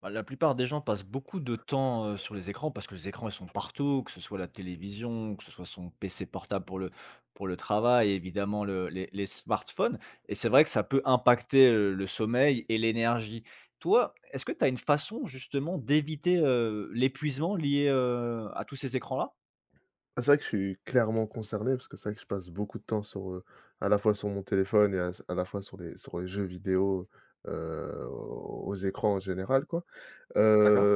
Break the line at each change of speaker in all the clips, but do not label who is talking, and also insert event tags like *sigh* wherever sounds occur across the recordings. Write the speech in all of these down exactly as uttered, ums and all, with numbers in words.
Bah, la plupart des gens passent beaucoup de temps, heu, sur les écrans parce que les écrans, ils sont partout, que ce soit la télévision, que ce soit son P C portable pour le pour le travail, et évidemment le les les smartphones et c'est vrai que ça peut impacter, heu, le sommeil et l'énergie. Toi, est-ce que tu as une façon justement d'éviter, heu, l'épuisement lié, heu, à tous ces écrans-là?
Ah, c'est vrai que je suis clairement concerné parce que c'est vrai que je passe beaucoup de temps sur, heu, à la fois sur mon téléphone et à à la fois sur les sur les jeux vidéo, heu, aux écrans en général quoi. Heu
D'accord.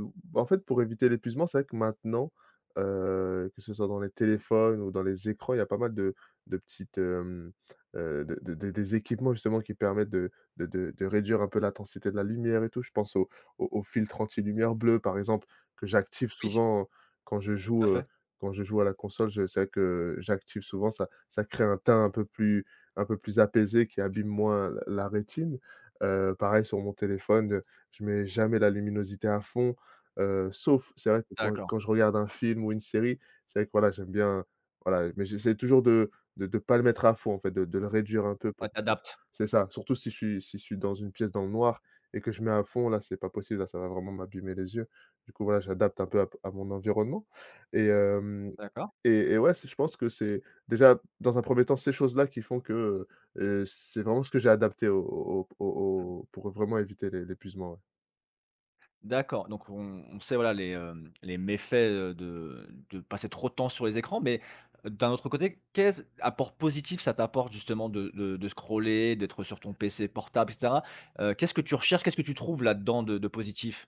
heu, en fait, pour éviter l'épuisement, c'est vrai que maintenant, heu, que ce soit dans les téléphones ou dans les écrans, il y a pas mal de de petites, hem, heu, de de de des équipements justement qui permettent de de de de réduire un peu l'intensité de la lumière et tout. Je pense au au au filtre anti-lumière bleue, par exemple, que j'active
Oui,
souvent quand je
tout à
joue, heu,
fait.
quand je joue à la console, je sais que j'active souvent, ça ça crée un teint un peu plus un peu plus apaisé qui abîme moins la la rétine. Heu, pareil sur mon téléphone, je mets jamais la luminosité à fond, heu, sauf c'est vrai que quand je
D'accord.
quand je regarde un film ou une série, c'est vrai que voilà, j'aime bien, voilà, mais j'essaie toujours de de de pas le mettre à fond en fait, de de le réduire un peu
Ouais,
pour
tu
pour c'est ça, surtout si je suis si je suis dans une pièce dans le noir et que je mets à fond, là, c'est pas possible, là, ça va vraiment m'abîmer les yeux. Du coup, voilà, j'adapte un peu à p à mon environnement et hem
D'accord.
et et ouais, c'est je pense que c'est déjà, dans un premier temps, ces choses-là qui font que, heu, c'est vraiment ce que j'ai adapté au au au au pour vraiment éviter l'é l'épuisement, ouais.
D'accord, donc on on sait, voilà, les, hem, les méfaits, heu, de de passer trop de temps sur les écrans, mais euh, d'un autre côté, qu'est-ce apport positif ça t'apporte justement de de de scroller, d'être sur ton P C portable et cetera? Heu, qu'est-ce que tu recherches? Qu'est-ce que tu trouves là-dedans de de positif?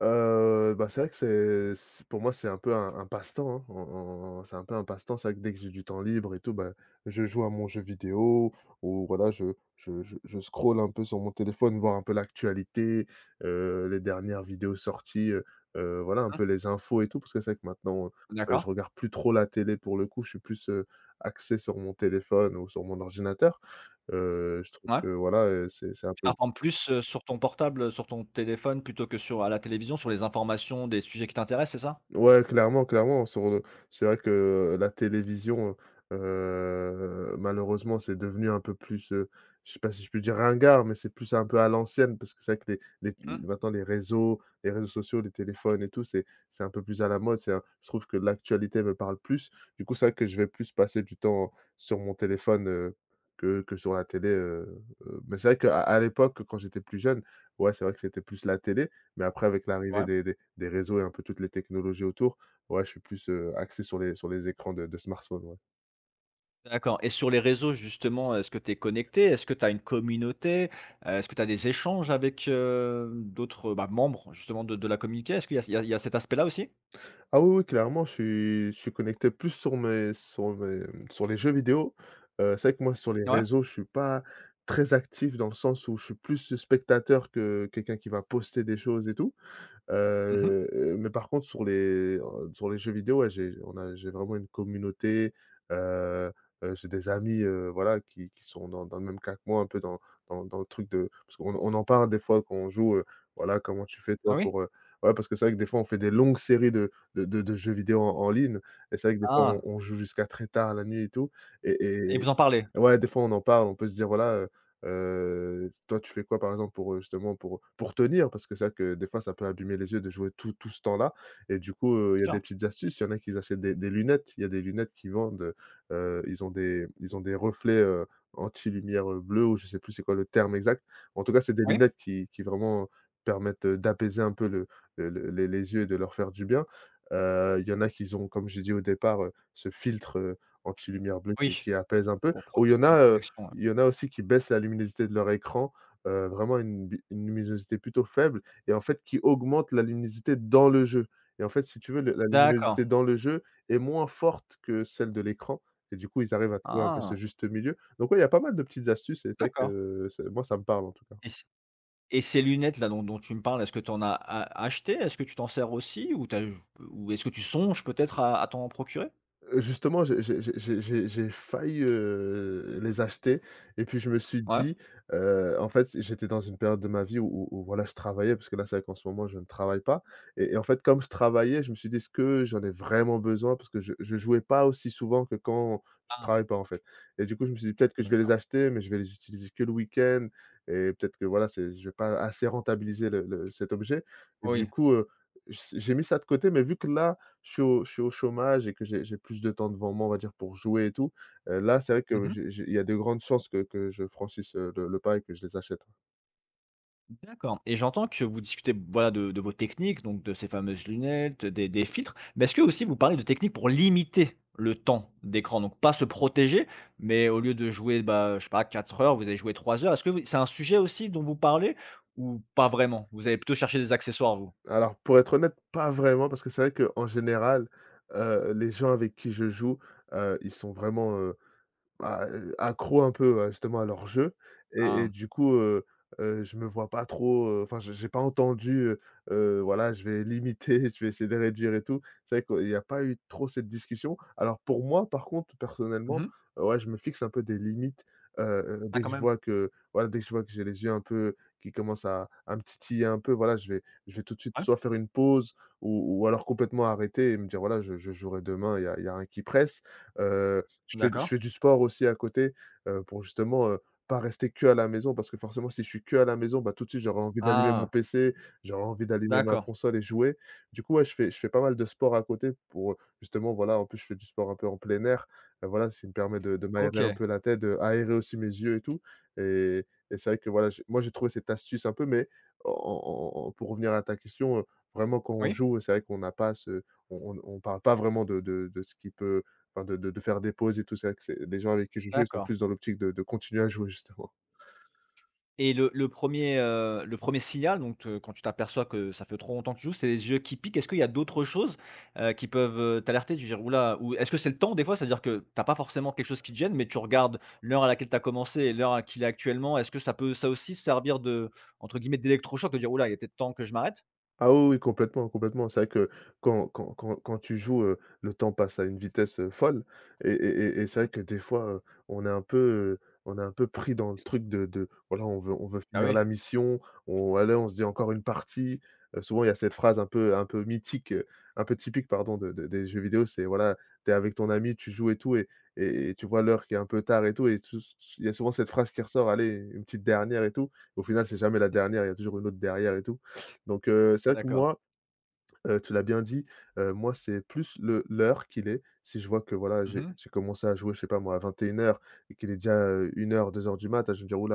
Heu, bah, c'est vrai que c'est c'est pour moi, c'est un peu un un passe-temps, hein, en en c'est un peu un passe-temps. C'est vrai que dès que j'ai du temps libre et tout, bah, je joue à mon jeu vidéo ou voilà, je je je je scrolle un peu sur mon téléphone, voir un peu l'actualité, heu, les dernières vidéos sorties, heu heu, voilà, un peu les infos et tout. Parce que c'est vrai que maintenant,
Mmh,
heu,
d'accord,
je regarde plus trop la télé pour le coup. Je suis plus, heu, axé sur mon téléphone ou sur mon ordinateur. Heu, je trouve
ouais.
que voilà, heu, c'est c'est un
Tu
peu
apprends plus, heu, sur ton portable, sur ton téléphone plutôt que sur à la télévision, sur les informations des sujets qui t'intéressent, c'est ça?
ouais, clairement, clairement, sur le c'est vrai que la télévision, heu malheureusement, c'est devenu un peu plus, heu, je sais pas si je peux dire ringard, mais c'est plus un peu à l'ancienne parce que c'est vrai que les les
Mmh.
maintenant les réseaux les réseaux sociaux, les téléphones et tout, c'est c'est un peu plus à la mode, c'est un je trouve que l'actualité me parle plus. Du coup, c'est vrai que je vais plus passer du temps sur mon téléphone, heu, que que sur la télé, heu heu, mais c'est vrai qu'à à à l'époque, quand j'étais plus jeune, ouais, c'est vrai que c'était plus la télé. Mais après avec l'arrivée
Ouais.
des des des réseaux et un peu toutes les technologies autour, ouais, je suis plus, heu, axé sur les sur les écrans de de smartphone, ouais.
D'accord et sur les réseaux justement, est-ce que tu es connecté? Est-ce que tu as une communauté? Heu, est-ce que tu as des échanges avec, heu, d'autres, bah, membres justement de de la communauté? Est-ce qu'il y a il y a il y a cet aspect-là aussi?
Ah oui, oui, clairement, je suis je suis connecté plus sur mes sur mes, mmh, sur les jeux vidéo. Heu, c'est vrai que moi sur les
Ouais.
réseaux, je suis pas très actif dans le sens où je suis plus spectateur que quelqu'un qui va poster des choses et tout.
Mmh.
Heu mais par contre sur les, heu, sur les jeux vidéo, ouais, j'ai on a j'ai vraiment une communauté, heu heu, j'ai des amis, heu, voilà, qui qui sont dans dans le même cas que moi, un peu dans dans dans le truc de parce qu'on on en parle des fois quand on joue, heu, voilà: «Comment tu fais
Ah
toi
oui?
pour, heu» ouais, parce que c'est vrai que des fois on fait des longues séries de de de de jeux vidéo en en ligne et c'est vrai que des fois on
Ah
on joue jusqu'à très tard la nuit et tout
et
et
vous en parlez?
et ouais, des fois on en parle, on peut se dire: «Voilà, euh, heu, toi, tu fais quoi, par exemple, pour, heu, justement, pour pour tenir? Parce que c'est vrai que des fois, ça peut abîmer les yeux de jouer tout tout ce temps-là et du coup, heu, il y a des
Tiens.
petites astuces. Il y en a qui achètent des des lunettes. Il y a des lunettes qui vendent, heu ils ont des ils ont des reflets, heu, anti-lumière, heu, bleue ou je sais plus c'est quoi le terme exact. En tout cas, c'est des
Oui?
lunettes qui qui vraiment permettent, heu, d'apaiser un peu le le le les les yeux et de leur faire du bien. Heu, il y en a qui ont, comme j'ai dit au départ, heu, ce filtre, heu, anti-lumière bleue qui
Oui,
qui apaise un peu
pour
ou il y
proté
en
de
a,
protection, ouais.
il y en a aussi qui baissent la luminosité de leur écran, heu, vraiment une bi une luminosité plutôt faible et en fait qui augmentent la luminosité dans le jeu et en fait, si tu veux, le la
D'accord.
luminosité dans le jeu est moins forte que celle de l'écran et du coup, ils arrivent à trouver un peu
Ah,
ce juste milieu. Donc ouais, il y a pas mal de petites astuces et c'est vrai
d'accord
que c'est moi, ça me parle en tout cas.
et c et ces lunettes-là dont dont tu me parles, est-ce que tu en as a acheté? Est-ce que tu t'en sers aussi ou tu ou est-ce que tu songes peut-être à à t'en procurer?
Heu, justement, j'ai j'ai j'ai j'ai j'ai j'ai failli, heu, les acheter et puis je me suis
Ouais.
dit, heu, en fait, j'étais dans une période de ma vie où où où voilà, je travaillais parce que là, c'est vrai qu'en ce moment, je ne travaille pas et et en fait, comme je travaillais, je me suis dit: «Est-ce que j'en ai vraiment besoin ?» parce que je je jouais pas aussi souvent que quand je
Ah
travaille pas, en fait et du coup, je me suis dit: «Peut-être que je vais les
d'accord.
acheter, mais je vais les utiliser que le week-end et peut-être que voilà, c'est je vais pas assez rentabiliser le le cet objet» et
Oui.
du coup, heu, j j'ai mis ça de côté, mais vu que là je suis au je suis au chômage et que j'ai j'ai plus de temps devant moi, on va dire, pour jouer et tout, heu, là, c'est vrai que
Mmh
j'ai j'ai il y a de grandes chances que que je franchisse, heu, le le pas et que je les achète.
D'accord et j'entends que vous discutez, voilà, de de vos techniques, donc de ces fameuses lunettes, des des filtres, mais est-ce que aussi vous parlez de techniques pour limiter le temps d'écran? Donc pas se protéger, mais au lieu de jouer, bah, je sais pas quatre heures, vous allez jouer trois heures. Est-ce que vous c'est un sujet aussi dont vous parlez ou pas vraiment? Vous allez plutôt chercher des accessoires vous?
Alors pour être honnête, pas vraiment parce que c'est vrai qu'en général, heu, les gens avec qui je joue, heu, ils sont vraiment, euh, bah, euh, accro un peu, ouais, justement à leur jeu et et
Ah.
du coup, heu heu, je me vois pas trop, heu, enfin j'ai j'ai pas entendu, heu heu, voilà, je vais limiter, *laughs* je vais essayer de réduire et tout. C'est vrai qu'il y a pas eu trop cette discussion. Alors pour moi, par contre, personnellement,
Mmh
heu, ouais, je me fixe un peu des limites, heu heu,
Ah
dès que
quand
je
même?
vois que voilà, dès que je vois que j'ai les yeux un peu qui commencent à à me titiller un peu, voilà, je vais je vais tout de suite
Ouais.
soit faire une pause ou ou alors complètement arrêter et me dire: «Voilà, je je jouerai demain, il y a il y a rien qui presse». Euh, je fais je
D'accord.
fais du sport aussi à côté, heu, pour justement, heu, pas rester que à la maison parce que forcément si je suis que à la maison, bah, tout de suite j'aurais envie d'allumer mon
Ah,
P C, j'aurais envie d'allumer ma
d'accord.
console et jouer. Du coup, ouais, je fais je fais pas mal de sport à côté pour, heu, justement voilà, en plus je fais du sport un peu en plein air, heu, voilà, ça me permet de de m'aérer un
OK.
peu la tête, heu, aérer aussi mes yeux et tout et et c'est vrai que voilà, j'ai moi j'ai trouvé cette astuce un peu mais en en en pour revenir à ta question, heu, vraiment quand on
Oui,
joue, c'est vrai qu'on n'a pas ce on on parle pas vraiment de de de ce qui peut enfin de de de faire des pauses et tout ça, que c'est les gens avec qui je joue, ils sont
d'accord.
plus dans l'optique de de continuer à jouer justement.
Et le le premier, le premier signal, donc te quand tu t'aperçois que ça fait trop longtemps que tu joues, c'est les yeux qui piquent. Est-ce qu'il y a d'autres choses, heu, qui peuvent, heu, t'alerter? Du genre: «Ouh ou est-ce que c'est le temps des fois? C'est-à-dire que t'as pas forcément quelque chose qui te gêne, mais tu regardes l'heure à laquelle tu as commencé et l'heure à qu'il est actuellement. Est-ce que ça peut ça aussi servir de entre guillemets «d'électrochoc», de dire: oula, il y a peut-être temps que je m'arrête»?
Ah oui, oui, complètement, complètement. C'est vrai que quand quand quand quand tu joues, heu, le temps passe à une vitesse, heu, folle et et et et c'est
Mmh.
vrai que des fois, heu, on est un peu, heu, on est un peu pris dans le truc de de voilà, on veut on veut
Ah
finir
oui.
la mission, on allez, on se dit: «Encore une partie». Heu, souvent, il y a cette phrase un peu un peu mythique, heu, un peu typique, pardon, de de des jeux vidéo, c'est voilà, t'es avec ton ami, tu joues et tout et et et tu vois l'heure qui est un peu tard et tout et tout il y a souvent cette phrase qui ressort: «Allez, une petite dernière et tout». Au final, c'est jamais la dernière, il y a toujours une autre derrière et tout. Donc, heu, c'est vrai que
D'accord.
moi, heu, tu l'as bien dit, heu, moi, c'est plus le l'heure qu'il est. Si je vois que, voilà, j'ai
Mmh.
j'ai commencé à jouer, je sais pas moi, à vingt et une heures, et qu'il est déjà, euh, une heure, deux heures du mat, je vais me dire: «Ouh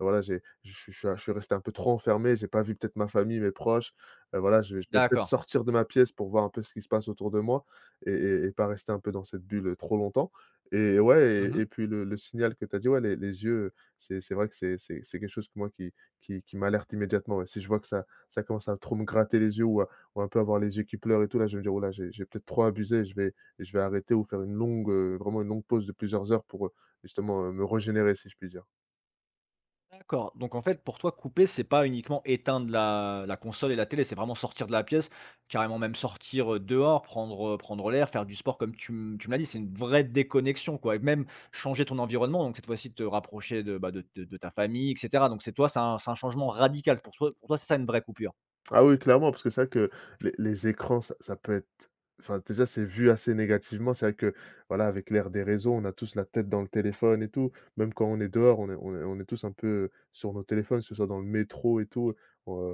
voilà, j'ai je suis je suis je suis resté un peu trop enfermé, j'ai pas vu peut-être ma famille, mes proches, heu, voilà, je vais je vais peut-être
D'accord.
sortir de ma pièce pour voir un peu ce qui se passe autour de moi et et et pas rester un peu dans cette bulle, trop longtemps» et ouais et
Mmh.
et puis le le signal que tu as dit, ouais, les les yeux, c'est c'est vrai que c'est c'est c'est quelque chose que moi qui qui qui m'alerte immédiatement, ouais. Si je vois que ça ça commence à trop me gratter les yeux ou à on va un peu avoir les yeux qui pleurent et tout, là, je vais me dire: «Oh là, j'ai j'ai peut-être trop abusé, je vais je vais arrêter ou faire une longue, heu, vraiment une longue pause de plusieurs heures pour, heu, justement, heu, me régénérer», si je puis dire.
D'accord, donc en fait, pour toi, couper, c'est pas uniquement éteindre la la console et la télé, c'est vraiment sortir de la pièce, carrément même sortir, heu, dehors, prendre, heu, prendre l'air, faire du sport comme tu m tu me l'as dit, c'est une vraie déconnexion, quoi et même changer ton environnement, donc cette fois-ci te rapprocher de, bah, de de de ta famille et cetera, donc c'est toi, c'est un c'est un changement radical pour toi pour toi, c'est ça une vraie coupure?
Ah oui, clairement, parce que c'est vrai que les les écrans, ça ça peut être enfin, déjà, c'est vu assez négativement. C'est vrai que, voilà, avec l'ère des réseaux, on a tous la tête dans le téléphone et tout. Même quand on est dehors, on est on est on est tous un peu euh, sur nos téléphones, que ce soit dans le métro et tout. Heu,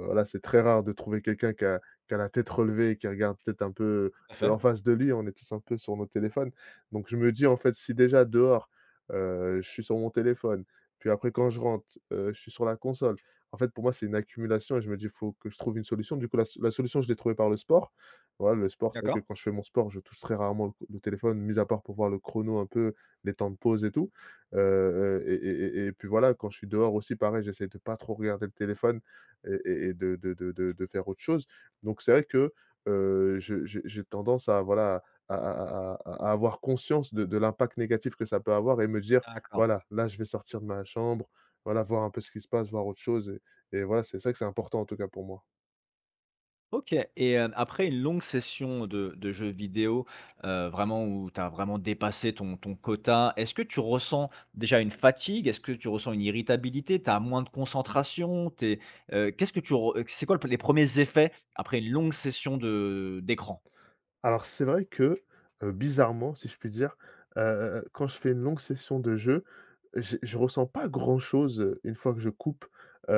Voilà, c'est très rare de trouver quelqu'un qui a qui a la tête relevée et qui regarde peut-être un peu,
Tout à
heu,
fait.
en face de lui. On est tous un peu sur nos téléphones. Donc je me dis, en fait, si déjà dehors, heu, je suis sur mon téléphone, puis après quand je rentre, heu, je suis sur la console en fait, pour moi, c'est une accumulation et je me dis: il «Faut que je trouve une solution». Du coup, la so la solution, je l'ai trouvée par le sport. Voilà, le sport, c'est vrai
D'accord.
que quand je fais mon sport, je touche très rarement le le téléphone, mis à part pour voir le chrono un peu, les temps de pause et tout. Heu, et et et et puis voilà, quand je suis dehors aussi, pareil, j'essaie de pas trop regarder le téléphone et et et de de de de de faire autre chose. Donc c'est vrai que, heu, je j'ai j'ai tendance à voilà, à à à à à avoir conscience de de l'impact négatif que ça peut avoir et me dire:
D'accord.
«Voilà, là, je vais sortir de ma chambre, voilà, voir un peu ce qui se passe, voir autre chose» et voilà, c'est ça que c'est important en tout cas pour moi.
OK et hem, après une longue session de de jeux vidéo, heu, vraiment où tu as vraiment dépassé ton ton quota, est-ce que tu ressens déjà une fatigue? Est-ce que tu ressens une irritabilité? Tu as moins de concentration? t'es es, qu'est-ce que tu re c'est quoi les premiers effets après une longue session de d'écran?
Alors c'est vrai que, heu, bizarrement, si je puis dire, heu quand je fais une longue session de jeu, je je ressens pas grand-chose, heu, une fois que je coupe. Heu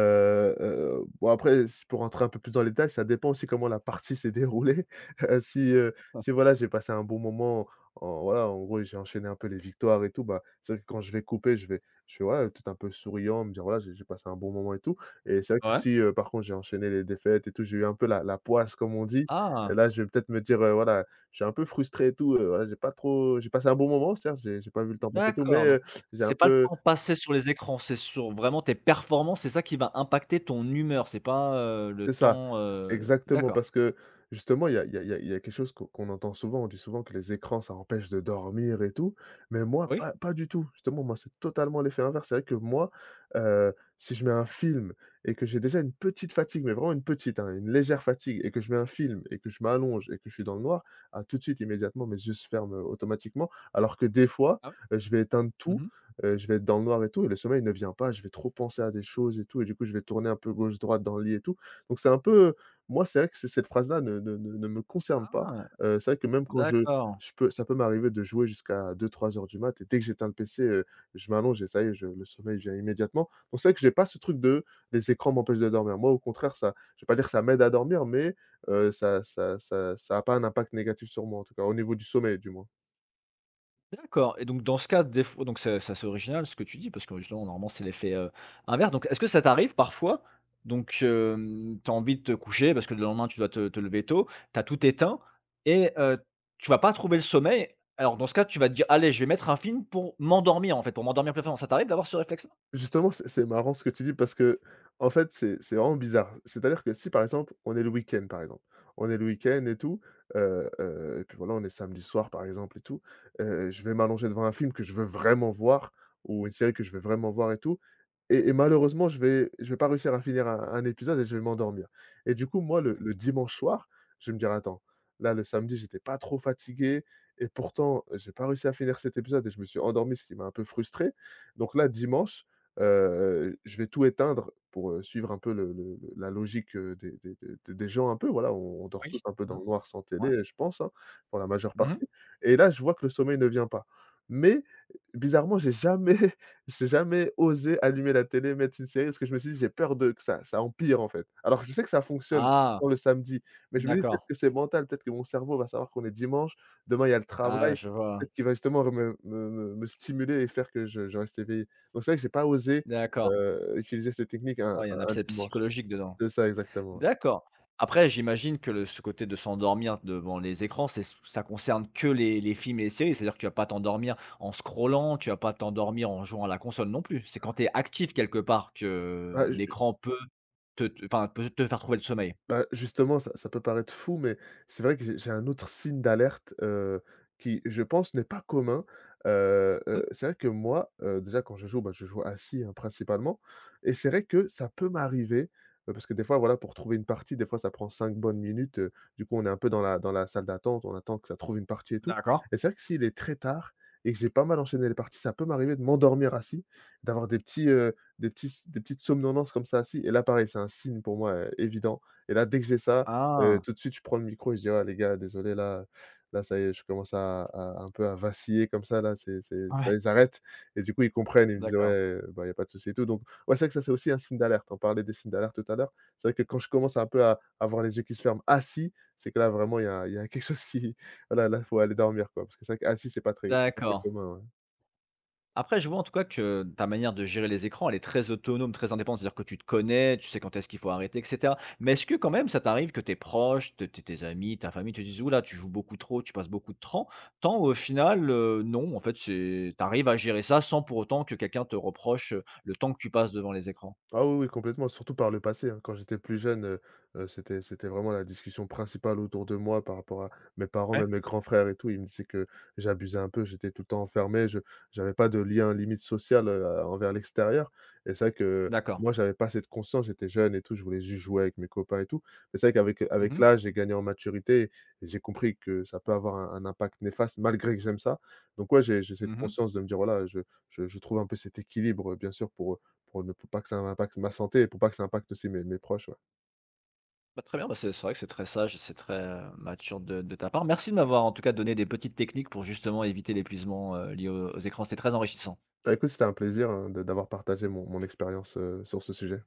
heu, bon après c'est pour rentrer un peu plus dans les détails, ça dépend aussi comment la partie s'est déroulée. *laughs* Heu, si, heu, si voilà, j'ai passé un bon moment, en voilà, en gros, j'ai enchaîné un peu les victoires et tout, bah, c'est vrai que quand je vais couper, je vais je vais voilà, peut-être un peu souriant, me dire: «Voilà, j'ai j'ai passé un bon moment et tout» et c'est vrai que
Ouais.
si, heu, par contre j'ai enchaîné les défaites et tout, j'ai eu un peu la la poisse comme on dit, et
Ah,
là, je vais peut-être me dire, heu, voilà, je suis un peu frustré et tout, heu, voilà, j'ai pas trop j'ai passé un bon moment, certes, j'ai j'ai pas vu le temps passer et tout, mais
d'accord, donc
heu, j'ai
c'est
un
pas le
peu
temps passé sur les écrans, c'est sur vraiment tes performances, c'est ça qui va impacter ton humeur, c'est pas, heu, le
c'est ça.
temps, heu
Exactement,
d'accord.
parce que justement, il y a il y a il y a il y a quelque chose qu'on qu'on entend souvent. On dit souvent que les écrans, ça empêche de dormir et tout, mais moi,
Oui.
pas pas du tout. Justement, moi, c'est totalement l'effet inverse. C'est vrai que moi, heu, si je mets un film et que j'ai déjà une petite fatigue, mais vraiment une petite, hein, une légère fatigue et que je mets un film et que je m'allonge et que je suis dans le noir, ah, tout de suite, immédiatement, mes yeux se ferment, heu, automatiquement. Alors que des fois,
Ah
heu, je vais éteindre
oui.
tout,
Mmh.
heu, je vais être dans le noir et tout et le sommeil ne vient pas. Je vais trop penser à des choses et tout et du coup, je vais tourner un peu gauche, droite dans le lit et tout. Donc c'est un peu, moi, c'est vrai que c cette phrase-là ne ne ne ne me concerne pas.
Ah!
Heu, c'est vrai que même quand je
D'accord,
je peux ça peut m'arriver de jouer jusqu'à deux-trois heures du mat et dès que j'éteins le P C, heu, je m'allonge et ça y est, je le sommeil vient immédiatement. Donc c'est vrai que j'ai pas ce truc de les écrans m'empêchent de dormir. Moi, au contraire, ça je vais pas dire que ça m'aide à dormir, mais heu, ça ça ça ça a pas un impact négatif sur moi, en tout cas, au niveau du sommeil, du moins.
d'accord et donc dans ce cas, des fois donc ça ça, c'est original ce que tu dis parce que justement normalement c'est l'effet, heu, inverse donc est-ce que ça t'arrive parfois, donc hem, tu as envie de te coucher parce que le lendemain tu dois te te lever tôt, tu as tout éteint et heu, tu vas pas trouver le sommeil, alors dans ce cas tu vas te dire: «Allez je vais mettre un film pour m'endormir en fait, pour m'endormir plus facilement». Ça t'arrive d'avoir ce réflexe-là?
Justement, c'est c'est marrant ce que tu dis parce que en fait, c'est c'est vraiment bizarre. C'est-à-dire que si, par exemple, on est le week-end, par exemple, on est le week-end et tout, heu heu, et puis voilà, on est samedi soir, par exemple, et tout, heu, je vais m'allonger devant un film que je veux vraiment voir ou une série que je veux vraiment voir et tout et et malheureusement, je vais je vais pas réussir à finir un un épisode et je vais m'endormir et du coup, moi, le le dimanche soir, je vais me dire: «Attends, là, le samedi, j'étais pas trop fatigué et pourtant, j'ai pas réussi à finir cet épisode et je me suis endormi, ce qui m'a un peu frustré. Donc là, dimanche, Heu, je vais tout éteindre pour, heu, suivre un peu le le le la logique, heu, des des des des gens un peu, voilà, on on dort tous
Oui?
un peu dans
Non?
le noir sans
Ouais?
télé, je pense, hein, pour la majeure
Mmh.
partie et là, je vois que le sommeil ne vient pas. Mais bizarrement, j'ai jamais *laughs* j'ai jamais osé allumer la télé, mettre une série parce que je me suis dit: «J'ai peur de que ça ça empire, en fait». Alors je sais que ça fonctionne
Ah!
pour le samedi, mais je me dis:
D'accord.
«Peut-être que c'est mental, peut-être que mon cerveau va savoir qu'on est dimanche, demain il y a le
Ah
travail,
je vois.
peut-être qu'il va justement me me me me stimuler et faire que je je reste éveillé». Donc c'est vrai que j'ai pas osé,
D'accord.
heu, utiliser cette technique un
Ouais, il y a
un
un
un
aspect
dimanche.
psychologique dedans.
C'est ça exactement, ouais.
D'accord. Après, j'imagine que le ce côté de s'endormir devant les écrans, c'est ça concerne que les les films et les séries. C'est-à-dire que tu vas pas t'endormir en scrollant, tu vas pas t'endormir en jouant à la console non plus. C'est quand tu es actif quelque part
Ah,
que
j
l'écran peut te te enfin, peut te faire trouver le sommeil.
Bah, justement, ça ça peut paraître fou, mais c'est vrai que j'ai j'ai un autre signe d'alerte, heu, qui, je pense, n'est pas commun. Heu
Mmh,
heu, c'est vrai que moi, heu, déjà quand je joue, bah, je joue assis, hein, principalement et c'est vrai que ça peut m'arriver, heu, parce que des fois, voilà, pour trouver une partie, des fois, ça prend cinq bonnes minutes, heu, du coup, on est un peu dans la dans la salle d'attente, on attend que ça trouve une partie et tout
d'accord.
et c'est vrai que s'il est très tard et que j'ai pas mal enchaîné les parties, ça peut m'arriver de m'endormir assis, d'avoir des petits, heu, des petits des petites somnolences comme ça assis et là, pareil, c'est un signe pour moi, heu, évident. Et là, dès que j'ai ça, heu,
Ah!
tout de suite, je prends le micro et je dis: «Ah les gars, désolé là, là ça y est, je commence à à un peu à vaciller comme ça là, c'est c'est ça
Ouais,
y est, et du coup, ils comprennent, ils me disent:
d'accord,
«Ouais, bah, il y a pas de souci et tout» donc ouais, c'est vrai que ça, c'est aussi un signe d'alerte. On parlait des signes d'alerte tout à l'heure. C'est vrai que quand je commence un peu à avoir les yeux qui se ferment assis, c'est que là, vraiment, il y a il y a quelque chose qui *laughs* voilà, là, faut aller dormir quoi, parce que c'est vrai qu'assis, c'est pas très c'est pas très
d'accord.
commun, ouais.
Après, je vois en tout cas que ta manière de gérer les écrans, elle est très autonome, très indépendante. C'est-à-dire que tu te connais, tu sais quand est-ce qu'il faut arrêter, et cetera. Mais est-ce que quand même ça t'arrive que tes proches, tes tes tes amis, ta famille te disent: «Ouh là, tu joues beaucoup trop, tu passes beaucoup de temps», Tant au final, heu, non, en fait, c'est tu arrives à gérer ça sans pour autant que quelqu'un te reproche, heu, le temps que tu passes devant les écrans?
Ah oui, oui, complètement, surtout par le passé, hein. Quand j'étais plus jeune, heu heu, c'était c'était vraiment la discussion principale autour de moi par rapport à mes parents,
Ouais.
même mes grands frères et tout. Ils me disaient que j'abusais un peu, j'étais tout le temps enfermé, je j'avais pas de lien limite social, heu, à envers l'extérieur et c'est vrai que
D'accord.
moi, j'avais pas cette conscience, j'étais jeune et tout, je voulais juste jouer avec mes copains et tout. Mais c'est vrai qu'avec
Mmh
avec
mh.
l'âge, j'ai gagné en maturité et j'ai compris que ça peut avoir un un impact néfaste malgré que j'aime ça. Donc ouais, j'ai j'ai cette
Mmh.
conscience de me dire: «Voilà, je je je trouve un peu cet équilibre», bien sûr, pour, heu, pour ne pour pas que ça impacte ma santé et pour pas que ça impacte aussi mes mes proches, ouais.
Bah, très bien, bah, c'est c'est vrai que c'est très sage et c'est très, heu, mature de de ta part. Merci de m'avoir en tout cas donné des petites techniques pour justement éviter l'épuisement, heu, lié aux aux écrans. C'était très enrichissant.
Bah, écoute, c'était un plaisir, hein, de d'avoir partagé mon mon expérience, heu, sur ce sujet.